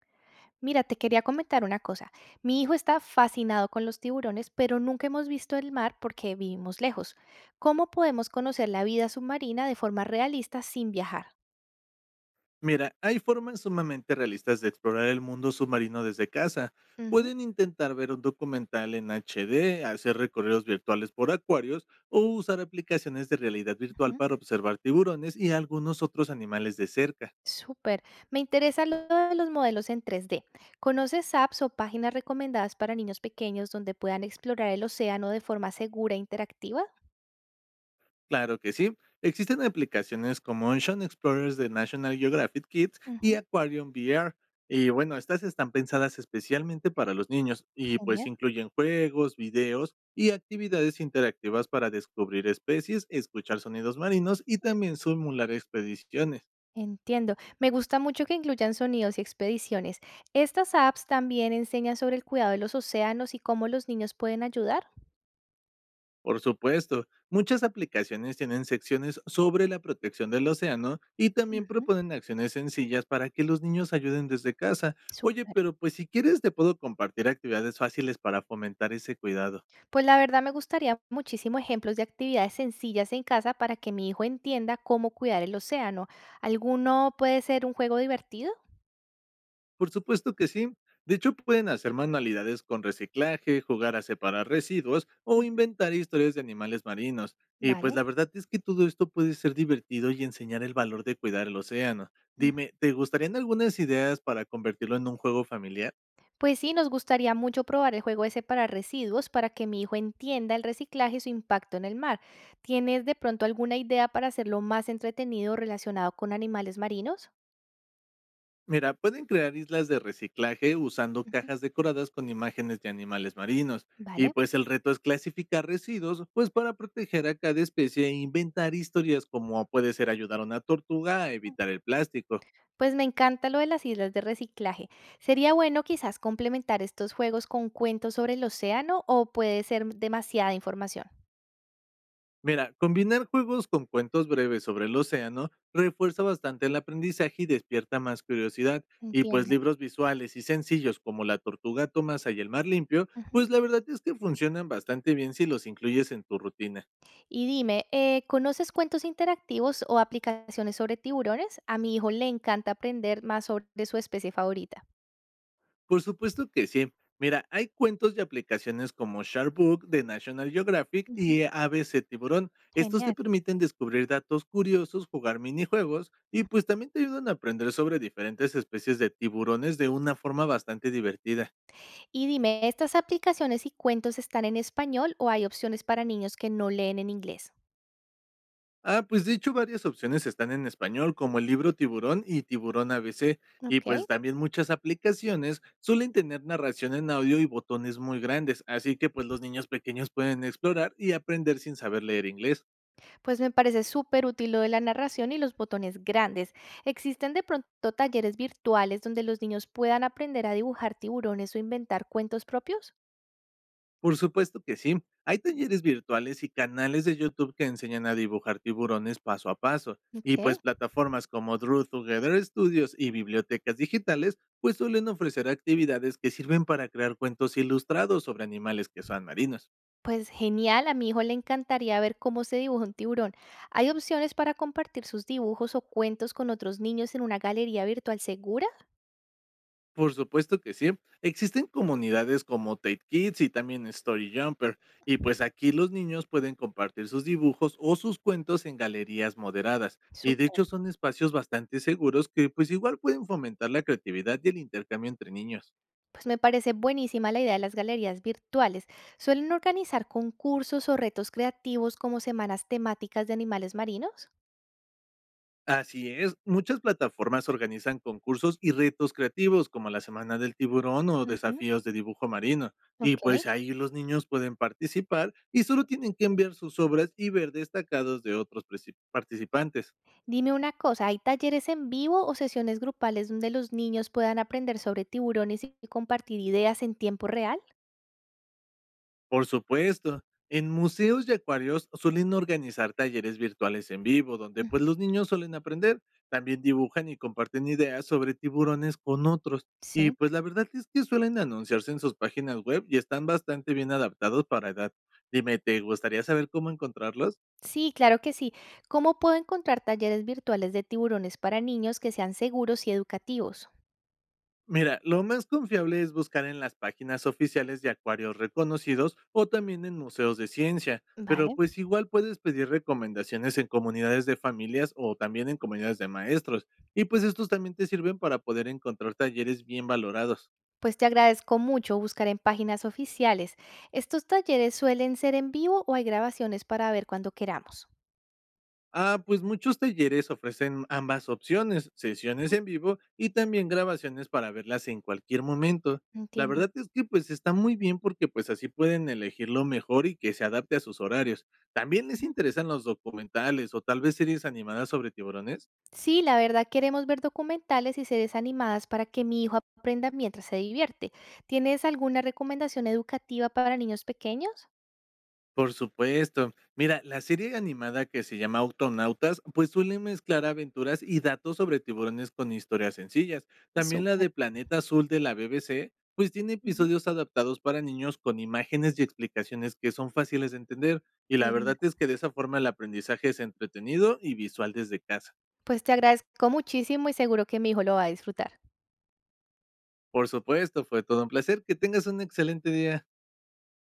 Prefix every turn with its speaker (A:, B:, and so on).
A: Mira, te quería comentar una cosa. Mi hijo está fascinado con los tiburones, pero nunca hemos visto el mar porque vivimos lejos. ¿Cómo podemos conocer la vida submarina de forma realista sin viajar?
B: Mira, hay formas sumamente realistas de explorar el mundo submarino desde casa.
A: Ujú,
B: Pueden intentar ver un documental en HD, hacer recorridos virtuales por acuarios o usar aplicaciones de realidad virtual
A: ujú.
B: para observar tiburones y algunos otros animales de cerca.
A: Súper. Me interesa lo de los modelos en 3D. ¿Conoces apps o páginas recomendadas para niños pequeños donde puedan explorar el océano de forma segura e interactiva?
B: Claro que sí. Existen aplicaciones como Ocean Explorers de National Geographic Kids y
A: Ujú.
B: Aquarium VR. Y bueno, estas están pensadas especialmente para los niños y pues
A: Genial.
B: incluyen juegos, videos y actividades interactivas para descubrir especies, escuchar sonidos marinos y también simular expediciones.
A: Entiendo. Me gusta mucho que incluyan sonidos y expediciones. ¿Estas apps también enseñan sobre el cuidado de los océanos y cómo los niños pueden ayudar?
B: Por supuesto, muchas aplicaciones tienen secciones sobre la protección del océano y también
A: Ujú.
B: proponen acciones sencillas para que los niños ayuden desde casa. Oye,
A: Súper.
B: pero pues si quieres te puedo compartir actividades fáciles para fomentar ese cuidado.
A: Pues la verdad me gustaría muchísimo ejemplos de actividades sencillas en casa para que mi hijo entienda cómo cuidar el océano. ¿Alguno puede ser un juego divertido?
B: Por supuesto que sí. De hecho, pueden hacer manualidades con reciclaje, jugar a separar residuos o
A: Ujú.
B: inventar historias de animales marinos. Y pues
A: Vale.
B: la verdad es que todo esto puede ser divertido y enseñar el valor de cuidar el océano. Dime, ¿te gustarían algunas ideas para convertirlo en un juego familiar?
A: Pues sí, nos gustaría mucho probar el juego ese para residuos para que mi hijo entienda el reciclaje y su impacto en el mar. ¿Tienes de pronto alguna idea para hacerlo más entretenido relacionado con animales marinos?
B: Mira, pueden crear islas de reciclaje usando
A: Ujú.
B: cajas decoradas con imágenes de animales marinos. Y
A: Vale.
B: pues el reto es clasificar residuos, pues para proteger a cada especie e inventar historias como puede ser ayudar a una tortuga a evitar el plástico.
A: Pues me encanta lo de las islas de reciclaje. Sería bueno quizás complementar estos juegos con cuentos sobre el océano o puede ser demasiada información.
B: Mira, combinar juegos con cuentos breves sobre el océano refuerza bastante el aprendizaje y despierta más curiosidad. Y pues
A: Entiendo.
B: libros visuales y sencillos como La tortuga Tomasa y el mar limpio,
A: Ujú.
B: pues la verdad es que funcionan bastante bien si los incluyes en tu rutina.
A: Y dime, ¿conoces cuentos interactivos o aplicaciones sobre tiburones? A mi hijo le encanta aprender más sobre su especie favorita.
B: Por supuesto que sí. Mira, hay cuentos y aplicaciones como Sharkbook de National Geographic
A: Ujú.
B: y ABC Tiburón. Estos te
A: Genial.
B: permiten descubrir datos curiosos, jugar minijuegos y
A: Ujú.
B: pues también te ayudan a aprender sobre diferentes especies de tiburones de una forma bastante divertida.
A: Y dime, ¿estas aplicaciones y cuentos están en español o hay opciones para niños que no leen en inglés?
B: Ah, pues de hecho varias opciones están en español como el libro Tiburón y Tiburón ABC, y
A: Ok,
B: pues también muchas aplicaciones suelen tener narración en audio y botones muy grandes, así que pues los niños pequeños pueden explorar y aprender sin saber leer inglés.
A: pues me parece súper útil lo de la narración y los botones grandes. ¿Existen de pronto talleres virtuales donde los niños puedan aprender a dibujar tiburones o inventar cuentos propios?
B: Por supuesto que sí. Hay talleres virtuales y canales de YouTube que enseñan a dibujar tiburones paso a paso. Y
A: Ok.
B: pues plataformas como Drew Together Studios y bibliotecas digitales pues suelen ofrecer actividades que sirven para crear cuentos ilustrados sobre animales que son marinos.
A: Pues genial, a mi hijo le encantaría ver cómo se dibuja un tiburón. ¿Hay opciones para compartir sus dibujos o cuentos con otros niños en una galería virtual segura?
B: Por supuesto que sí. Existen comunidades como Tate Kids y también Story Jumper, y pues aquí los niños pueden compartir sus dibujos o sus cuentos en galerías moderadas. Y de
A: Súper.
B: hecho son espacios bastante seguros que pues igual pueden fomentar la creatividad y el intercambio entre niños.
A: Pues me parece buenísima la idea de las galerías virtuales. ¿Suelen organizar concursos o retos creativos como semanas temáticas de animales marinos?
B: Así es, muchas plataformas organizan concursos y retos creativos como la Semana del Tiburón o
A: Ujú.
B: desafíos de dibujo marino. Y
A: Ok.
B: pues ahí los niños pueden participar y solo tienen que enviar sus obras y ver destacados de otros participantes.
A: Dime una cosa, ¿hay talleres en vivo o sesiones grupales donde los niños puedan aprender sobre tiburones y compartir ideas en tiempo real?
B: Por supuesto. En museos y acuarios suelen organizar talleres virtuales en vivo, donde pues
A: Ujú.
B: los niños suelen aprender, también dibujan y comparten ideas sobre tiburones con otros. Y
A: Sí.
B: pues la verdad es que suelen anunciarse en sus páginas web y están bastante bien adaptados para edad. Dime, ¿te gustaría saber cómo encontrarlos?
A: Sí, claro que sí. ¿Cómo puedo encontrar talleres virtuales de tiburones para niños que sean seguros y educativos?
B: Mira, lo más confiable es buscar en las páginas oficiales de acuarios reconocidos o también en museos de ciencia, pero
A: Vale.
B: pues igual puedes pedir recomendaciones en comunidades de familias o también en comunidades de maestros, y pues estos también te sirven para poder encontrar talleres bien valorados.
A: Pues te agradezco mucho buscar en páginas oficiales. ¿Estos talleres suelen ser en vivo o hay grabaciones para ver cuando queramos?
B: Ah, pues muchos talleres ofrecen ambas opciones, sesiones
A: Ujú.
B: en vivo y también grabaciones para verlas en cualquier momento. La
A: Entiendo.
B: verdad es que pues está muy bien porque pues así pueden elegir lo mejor y que se adapte a sus horarios. ¿También les
A: Ujú.
B: interesan los documentales o tal vez series animadas sobre tiburones?
A: Sí, la verdad queremos ver documentales y series animadas para que mi hijo aprenda mientras se divierte. ¿Tienes alguna recomendación educativa para niños pequeños?
B: Por supuesto. Mira, la serie animada que se llama Autonautas, pues suele mezclar aventuras y datos sobre tiburones con historias sencillas. También la
A: Súper.
B: de Planeta Azul de la BBC, pues tiene
A: Ujú.
B: episodios adaptados para niños con imágenes y explicaciones que son fáciles de entender. Y la
A: Qué
B: verdad
A: lindo.
B: es que de esa forma el aprendizaje es entretenido y visual desde casa.
A: Pues te agradezco muchísimo y seguro que mi hijo lo va a disfrutar.
B: Por supuesto, fue todo un placer. Que tengas un excelente día.